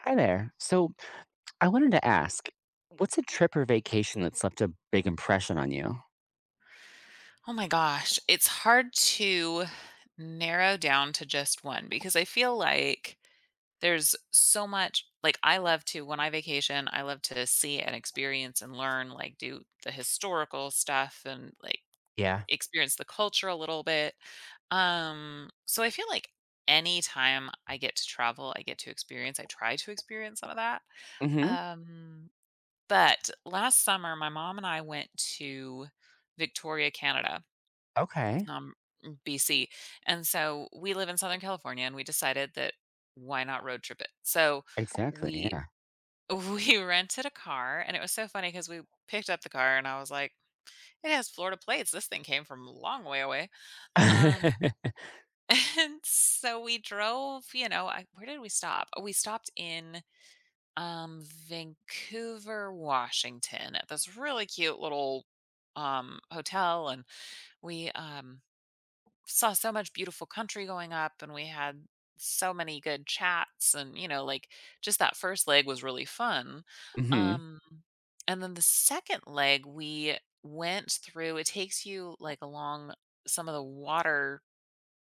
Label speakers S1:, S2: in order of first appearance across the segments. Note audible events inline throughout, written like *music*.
S1: Hi there. So I wanted to ask, what's a trip or vacation that's left a big impression on you?
S2: Oh my gosh, it's hard to narrow down to just one because I feel like there's so much. Like, I love to, when I vacation, I love to see and experience and learn, like do the historical stuff and like
S1: Yeah.
S2: experience the culture a little bit. So I feel like anytime I get to travel, I get to experience, I try to experience some of that.
S1: Mm-hmm.
S2: Um but last summer my mom and I went to Victoria, Canada,
S1: Okay.
S2: um, BC. And so we live in Southern California and we decided that why not road trip it? So
S1: Exactly.
S2: we
S1: Yeah.
S2: *laughs* we rented a car and it was so funny because we picked up the car and I was like, it has Florida plates. This thing came from a long way away. Um
S1: *laughs*
S2: *laughs* and so we drove, you know, I, where did we stop? Oh, we stopped in Vancouver, Washington at this really cute little hotel, and we saw so much beautiful country going up, and we had so many good chats, and you know, like, just that first leg was really fun.
S1: Mm-hmm.
S2: um and then the second leg we went through, it takes you like along some of the water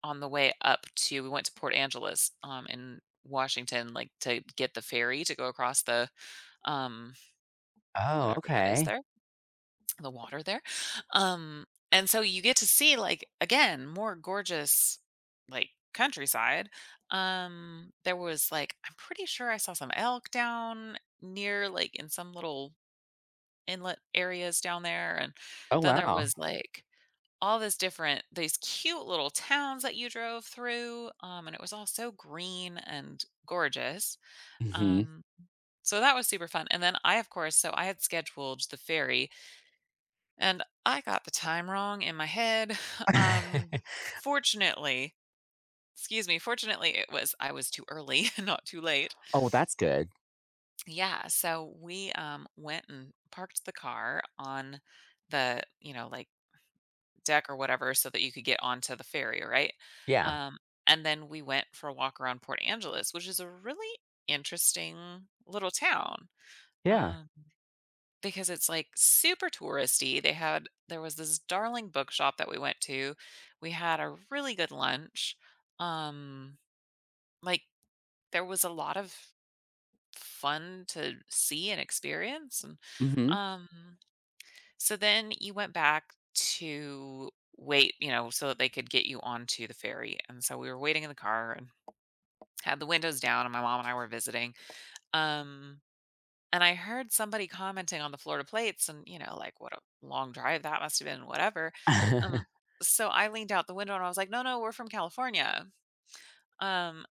S2: on the way up to, we went to Port Angeles in Washington, like to get the ferry to go across the um
S1: Oh,
S2: whatever that is
S1: okay.
S2: there, the water there. Um, and so you get to see, like, again, more gorgeous, like, countryside. There was like, I'm pretty sure I saw some elk down near, like, in some little inlet areas down there, and
S1: Oh,
S2: then there
S1: wow.
S2: was like all this different, these cute little towns that you drove through, and it was all so green and gorgeous.
S1: Mm-hmm.
S2: um so that was super fun. And then I, of course, so I had scheduled the ferry and I got the time wrong in my head. *laughs* Um,
S1: *laughs*
S2: fortunately, excuse me, fortunately, it was, I was too early, *laughs* not too late.
S1: Oh, well, that's good.
S2: Yeah, so we went and parked the car on the, you know, like, deck or whatever, so that you could get onto the ferry, right?
S1: Yeah.
S2: Um, and then we went for a walk around Port Angeles, which is a really interesting little town.
S1: Yeah.
S2: Um Because it's, like, super touristy. They had, there was this darling bookshop that we went to. We had a really good lunch. Um, like, there was a lot of fun to see and experience, and,
S1: Mm-hmm.
S2: um, so then you went back to wait, you know, so that they could get you onto the ferry, and so we were waiting in the car and had the windows down, and my mom and I were visiting. Um And I heard somebody commenting on the Florida plates and, you know, like, what a long drive that must have been, whatever. Um,
S1: *laughs*
S2: so I leaned out the window and I was like, no, no, we're from California. Um,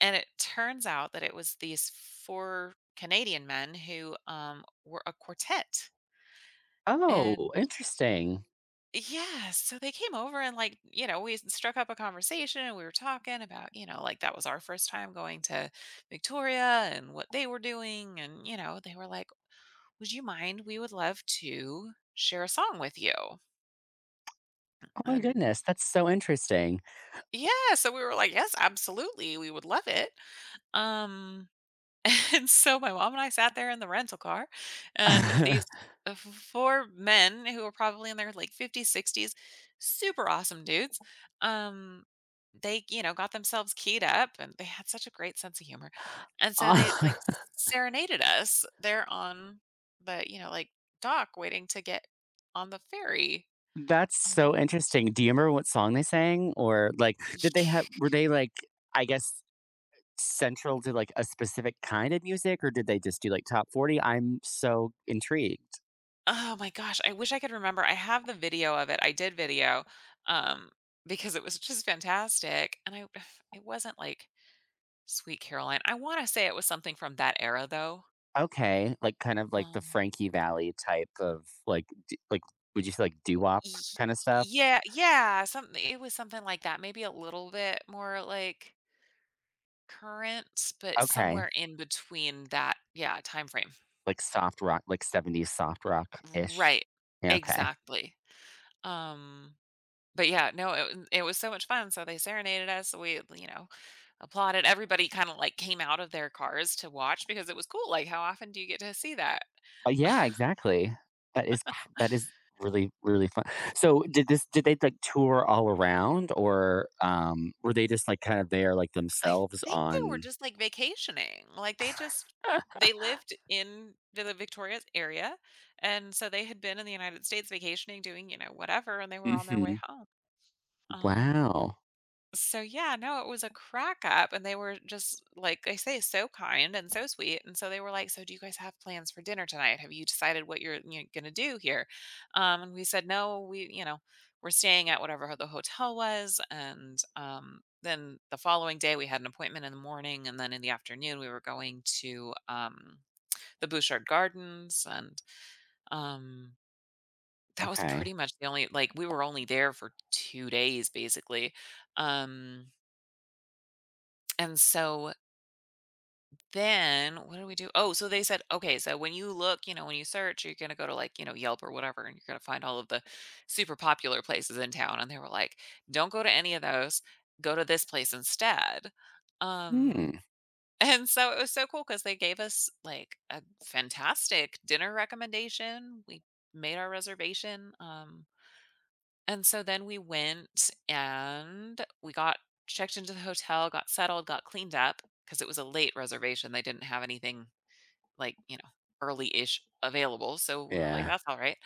S2: and it turns out that it was these four Canadian men who, were a quartet.
S1: Oh,
S2: And
S1: interesting.
S2: yeah, so they came over and, like, you know, we struck up a conversation and we were talking about, you know, like, that was our first time going to Victoria, and what they were doing. And, you know, they were like, would you mind? We would love to share a song with you.
S1: Oh my
S2: And
S1: goodness, that's so interesting.
S2: yeah, so we were like, yes, absolutely. We would love it. Um, *laughs* and so my mom and I sat there in the rental car, and these
S1: *laughs*
S2: four men who were probably in their like 50s, 60s, super awesome dudes. Um, they, you know, got themselves keyed up and they had such a great sense of humor. And so they like
S1: Ah, *laughs*
S2: serenaded us there on the, you know, like, dock, waiting to get on the ferry.
S1: that's so
S2: Um,
S1: interesting. Do you remember what song they sang, or like,
S2: *laughs*
S1: did they have?
S2: y-
S1: Were they like? I guess central to, like, a specific kind of music, or did they just do, like, top 40? I'm so intrigued.
S2: oh my gosh, I wish I could remember. I have the video of it. I did video, um, because it was just fantastic, and I *sighs* it wasn't like Sweet Caroline. I wanna say it was something from that era, though.
S1: Okay, like, kind of like the
S2: Um,
S1: Frankie Valli type of, like, d like, would you say, like, doo-wop
S2: y
S1: kinda stuff?
S2: yeah, yeah, something, it was something like that, maybe a little bit more, like, current, but
S1: Okay,
S2: somewhere in between that, yeah, time frame.
S1: like, soft rock, like, 70s soft rock-ish.
S2: Right.
S1: Yeah, okay.
S2: Exactly. Um But yeah, no, it was so much fun, so they serenaded us, we, you know, applauded, everybody kinda, like, came out of their cars to watch, because it was cool, like, how often do you get to see that?
S1: Oh, yeah,
S2: *laughs*
S1: exactly. That is really, really fun. So, did this did they, like, tour all around, or, were they just, like, kind of there, like,
S2: I
S1: themselves
S2: think they were
S1: on?
S2: just, like, vacationing, like, they just, they lived in the Victoria's area, and so they had been in the United States vacationing, doing, you know, whatever, and they were on their way
S1: Mhm.
S2: home, um
S1: Wow.
S2: So yeah, no, it was a crack up, and they were just, like I say, so kind and so sweet. And so they were like, "So do you guys have plans for dinner tonight? Have you decided what you're, you know, going to do here?" And we said, "No, we, you know, we're staying at whatever the hotel was." And then the following day we had an appointment in the morning, and then in the afternoon we were going to the Bouchard Gardens, and um that was
S1: Okay.
S2: pretty much the only, like, we were only there for 2 days basically. Um And so then what do we do? Oh, so they said, okay, so when you look, you know, when you search, you're going to go to like, you know, Yelp or whatever, and you're going to find all of the super popular places in town. And they were like, don't go to any of those, go to this place instead. Um,
S1: Hmm.
S2: *laughs* and so it was so cool because they gave us like a fantastic dinner recommendation. We made our reservation. And so then we went and we got checked into the hotel, got settled, got cleaned up because it was a late reservation. They didn't have anything like, you know, early ish available. So we were like,
S1: Yeah.
S2: that's all right.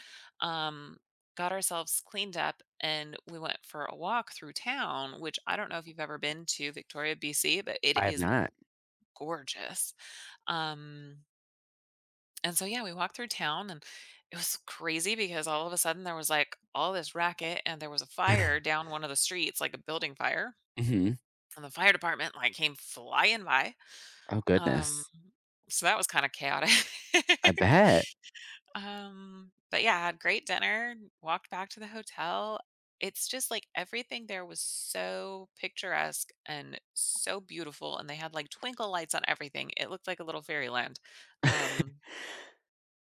S2: Um, got ourselves cleaned up and we went for a walk through town, which I don't know if you've ever been to Victoria, BC, but it
S1: I have
S2: is
S1: not.
S2: gorgeous. Um, and so, yeah, we walked through town, and it was crazy because all of a sudden there was like all this racket, and there was a
S1: *laughs*
S2: fire down one of the streets, like a building fire.
S1: Hmm.
S2: And the fire department like came flying by.
S1: Oh
S2: Um,
S1: goodness.
S2: so that was kind of chaotic.
S1: I bet.
S2: *laughs* But yeah, I had great dinner, walked back to the hotel. It's just like everything there was so picturesque and so beautiful. And they had like twinkle lights on everything. It looked like a little fairyland. Um,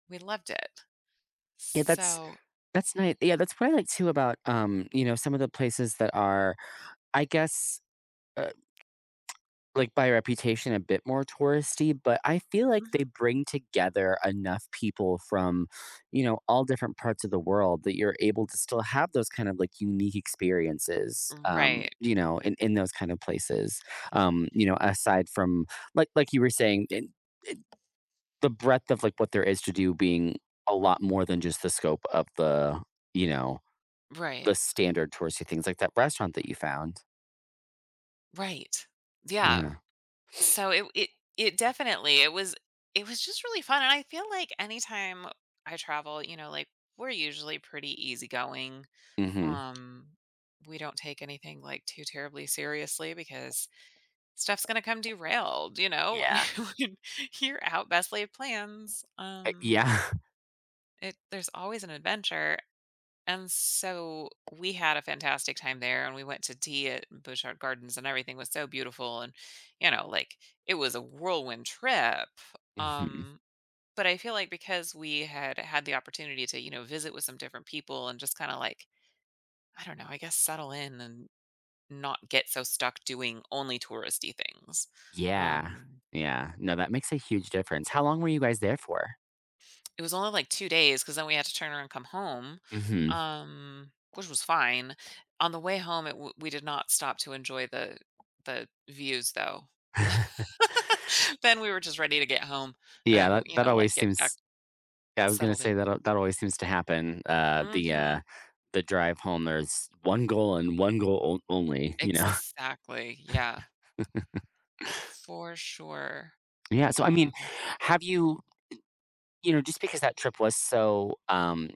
S2: we loved it.
S1: Yeah,
S2: So.
S1: that's nice. Yeah, that's what I like too about you know, some of the places that are, I guess, uh, like by reputation, a bit more touristy, but I feel like they
S2: Mhm.
S1: bring together enough people from, you know, all different parts of the world that you're able to still have those kind of like unique experiences,
S2: Right.
S1: you know, in those kind of places. You know, aside from like you were saying, the breadth of like what there is to do being a lot more than just the scope of the, you know,
S2: Right.
S1: the standard touristy things like that restaurant that you found.
S2: Right. Yeah.
S1: Yeah.
S2: So it definitely, it was just really fun, and I feel like anytime I travel, you know, like, we're usually pretty easygoing.
S1: Hmm.
S2: Um we don't take anything like too terribly seriously because stuff's going to come derailed, you know.
S1: Yeah.
S2: *laughs* when You're out best laid plans.
S1: Yeah.
S2: It there's always an adventure. And so we had a fantastic time there, and we went to tea at Bushart Gardens, and everything was so beautiful, and you know, like, it was a whirlwind trip.
S1: *laughs* Hmm.
S2: Um but I feel like because we had had the opportunity to, you know, visit with some different people and just kind of like, I don't know, I guess settle in and not get so stuck doing only touristy things.
S1: Yeah.
S2: Um
S1: Yeah. No, that makes a huge difference. How long were you guys there for?
S2: It was only like 2 days because then we had to turn around and come home,
S1: Hmm.
S2: which was fine. On the way home, it w we did not stop to enjoy the views, though. *laughs*
S1: *laughs*
S2: Then we were just ready to get home
S1: Yeah,
S2: and,
S1: that,
S2: you
S1: that
S2: know, like,
S1: always
S2: get back
S1: seems. Yeah, I was gonna
S2: settled
S1: say
S2: in.
S1: that that always seems to happen.
S2: Mhm.
S1: The drive home, there's one goal and one goal only. *laughs*
S2: Exactly, yeah, for sure.
S1: Yeah. So I
S2: Um
S1: mean, have you you know, just because that trip was so,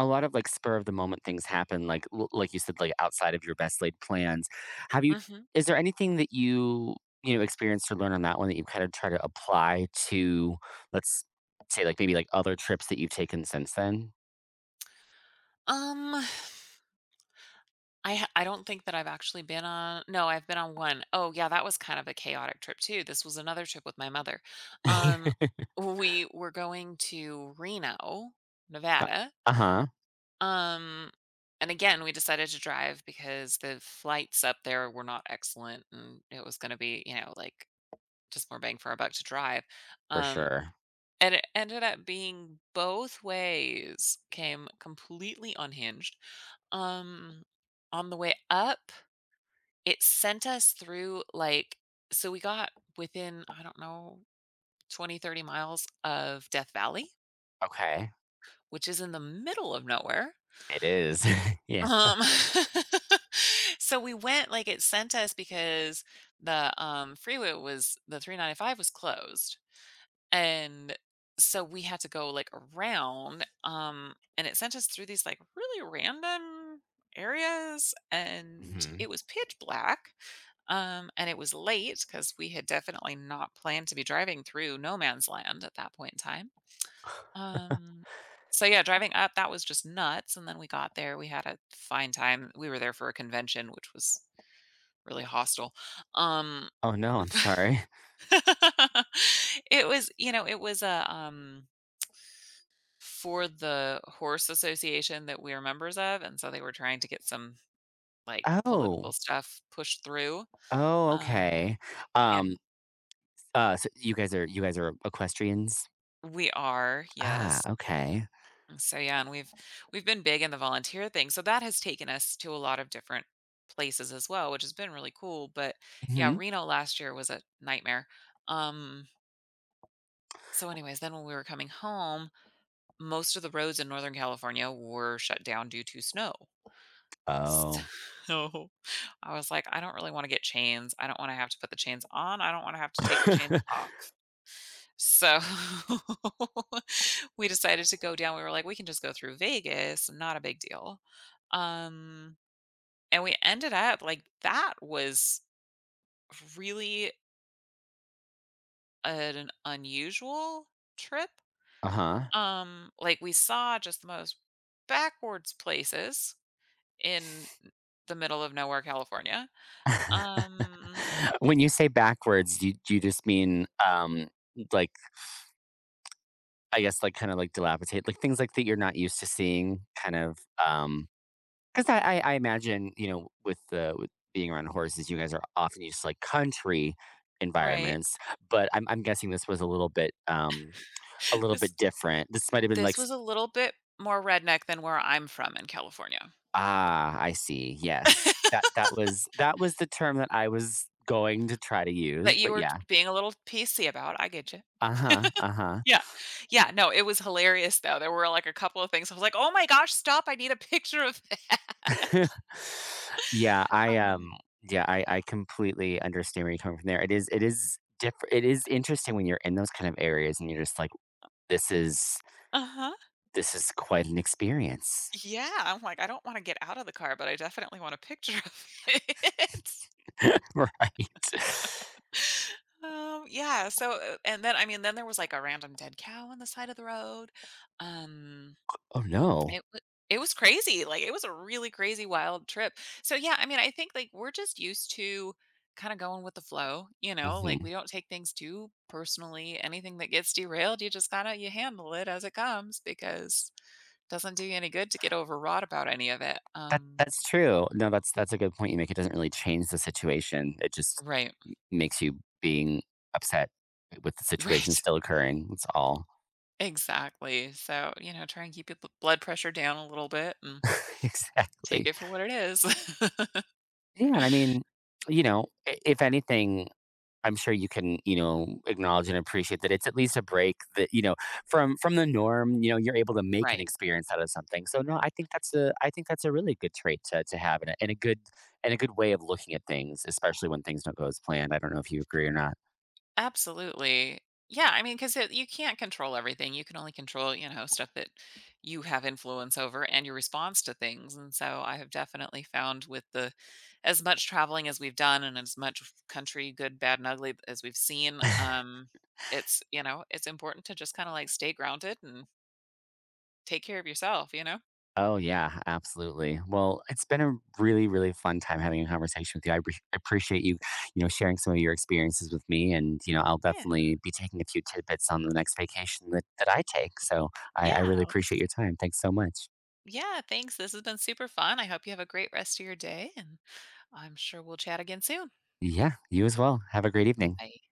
S1: a lot of, like, spur of the moment things happen, like you said, like, outside of your best laid plans. Have you
S2: Mhm.
S1: is there anything that you know, experienced or learned on that one that you kind of try to apply to, let's say, like, maybe, like, other trips that you've taken since then?
S2: Um I don't think that I've actually been on, no, I've been on one. Oh, yeah, that was kind of a chaotic trip too. This was another trip with my mother. Um,
S1: *laughs*
S2: we were going to Reno, Nevada.
S1: Uh huh.
S2: Um, and again, we decided to drive because the flights up there were not excellent, and it was going to be, you know, like, just more bang for our buck to drive.
S1: For
S2: Um,
S1: sure.
S2: and it ended up being both ways came completely unhinged. Um, on the way up, it sent us through, like, so we got within, I don't know, 20 to 30 miles of Death Valley,
S1: Okay.
S2: which is in the middle of nowhere.
S1: It is. *laughs* Yeah.
S2: Um, *laughs* so we went like, it sent us because the, freeway was the 395 was closed. And so we had to go like around and it sent us through these like really random areas, and it
S1: Mhm.
S2: was pitch black. And it was late because we had definitely not planned to be driving through no man's land at that point in time. um so yeah, driving up, that was just nuts. And then we got there, we had a fine time. We were there for a convention which was really hostile. um
S1: Oh, no,
S2: *laughs*
S1: I'm sorry.
S2: *laughs* it was it was a for the horse association that we are members of, and so they were trying to get some, like, political
S1: Oh.
S2: stuff pushed through,
S1: Oh,
S2: um,
S1: okay. Um,
S2: and
S1: so you guys are equestrians?
S2: we are,
S1: Ah,
S2: yes.
S1: okay.
S2: And so, yeah, and we've been big in the volunteer thing, so that has taken us to a lot of different places as well, which has been really cool, but, yeah,
S1: Mhm.
S2: Reno last year was a nightmare. Um, so anyways, then when we were coming home, most of the roads in Northern California were shut down due to snow.
S1: Oh.
S2: So, *laughs* I was like, "I don't really wanna get chains. I don't wanna have to put the chains on. I don't wanna have to take the chains
S1: *laughs*
S2: off." So, *laughs* we decided to go down. We were like, "We can just go through Vegas, not a big deal." Um, and we ended up like, that was really an unusual trip.
S1: Uh-huh.
S2: Like, we saw just the most backwards places in the middle of nowhere, California.
S1: *laughs*
S2: Um,
S1: When you say backwards, you just mean, like, I guess, like, kinda, like, dilapidate like, things, like, that you're not used to seeing, kind of, um. 'Cause I imagine, you know, with the with being around horses, you guys are often used to, like, country
S2: right.
S1: environments, but I'm guessing this was
S2: *laughs*
S1: a little
S2: This
S1: bit different. This might have been,
S2: this
S1: like,
S2: was a little bit more redneck than where I'm from in California,
S1: ah, I see. Yes. That was the term that I was going to try to
S2: that
S1: use,
S2: you
S1: but
S2: were
S1: yeah.
S2: being a little PC about, I get you.
S1: Uh-huh, uh-huh.
S2: Yeah. Yeah, no, it was hilarious though, there were, like, a couple of things I was like, "Oh my gosh, stop, I need a *laughs* picture of that." *laughs*
S1: *laughs* Yeah,
S2: Um
S1: yeah, I completely understand where you're coming from there. It is different. It is interesting when you're in those kind of areas and you're just like, "This is
S2: Uh-huh.
S1: this is quite an experience."
S2: Yeah, I'm like, "I don't wanna get out of the car, but I definitely want a picture of it."
S1: *laughs* Right?
S2: *laughs* Yeah, so, and then I mean, then there was, like, a random dead cow on the side of the road, um
S1: Oh, no.
S2: It wa it was crazy, like, it was a really crazy wild trip. So, yeah, I mean, I think, like, we're just used to kinda going with the flow, you know? Like,
S1: Mhm.
S2: we don't take things too personally. Anything that gets derailed, you just kinda you handle it as it comes because it doesn't do you any good to get overwrought about any of it.
S1: That that's true. No, that's a good point you make. It doesn't really change the situation. It just
S2: Right. *laughs*
S1: makes you being upset with the situation
S2: Right.
S1: still occurring. That's all.
S2: Exactly. So, you know, try and keep your b blood pressure down a little bit and
S1: *laughs*
S2: take
S1: Exactly.
S2: it for what it is. *laughs*
S1: Yeah, and I mean, you know, if anything, I'm sure you can, you know, acknowledge and appreciate that it's at least a break that, you know, from the norm, you know, you're able to make an
S2: Right.
S1: experience out of something. So no, I think that's a really good trait to have and a good way of looking at things, especially when things don't go as planned. I don't know if you agree or not.
S2: Absolutely. Yeah, I mean, because you can't control everything. You can only control, you know, stuff that you have influence over and your response to things. And so I have definitely found with the as much traveling as we've done and as much country, good, bad, and ugly as we've seen, it's, you know, it's important to just kind of like stay grounded and take care of yourself, you know?
S1: Oh, yeah, absolutely. Well, it's been a really, really fun time having a conversation with you. Appreciate you, you know, sharing some of your experiences with me. And, you know, I'll
S2: Yeah.
S1: definitely be taking a few tidbits on the next vacation that I take. So I really
S2: Yeah.
S1: appreciate your time. Thanks so much.
S2: Yeah. Thanks. This has been super fun. I hope you have a great rest of your day, and I'm sure we'll chat again soon.
S1: Yeah, you as well. Have a great evening.
S2: Bye.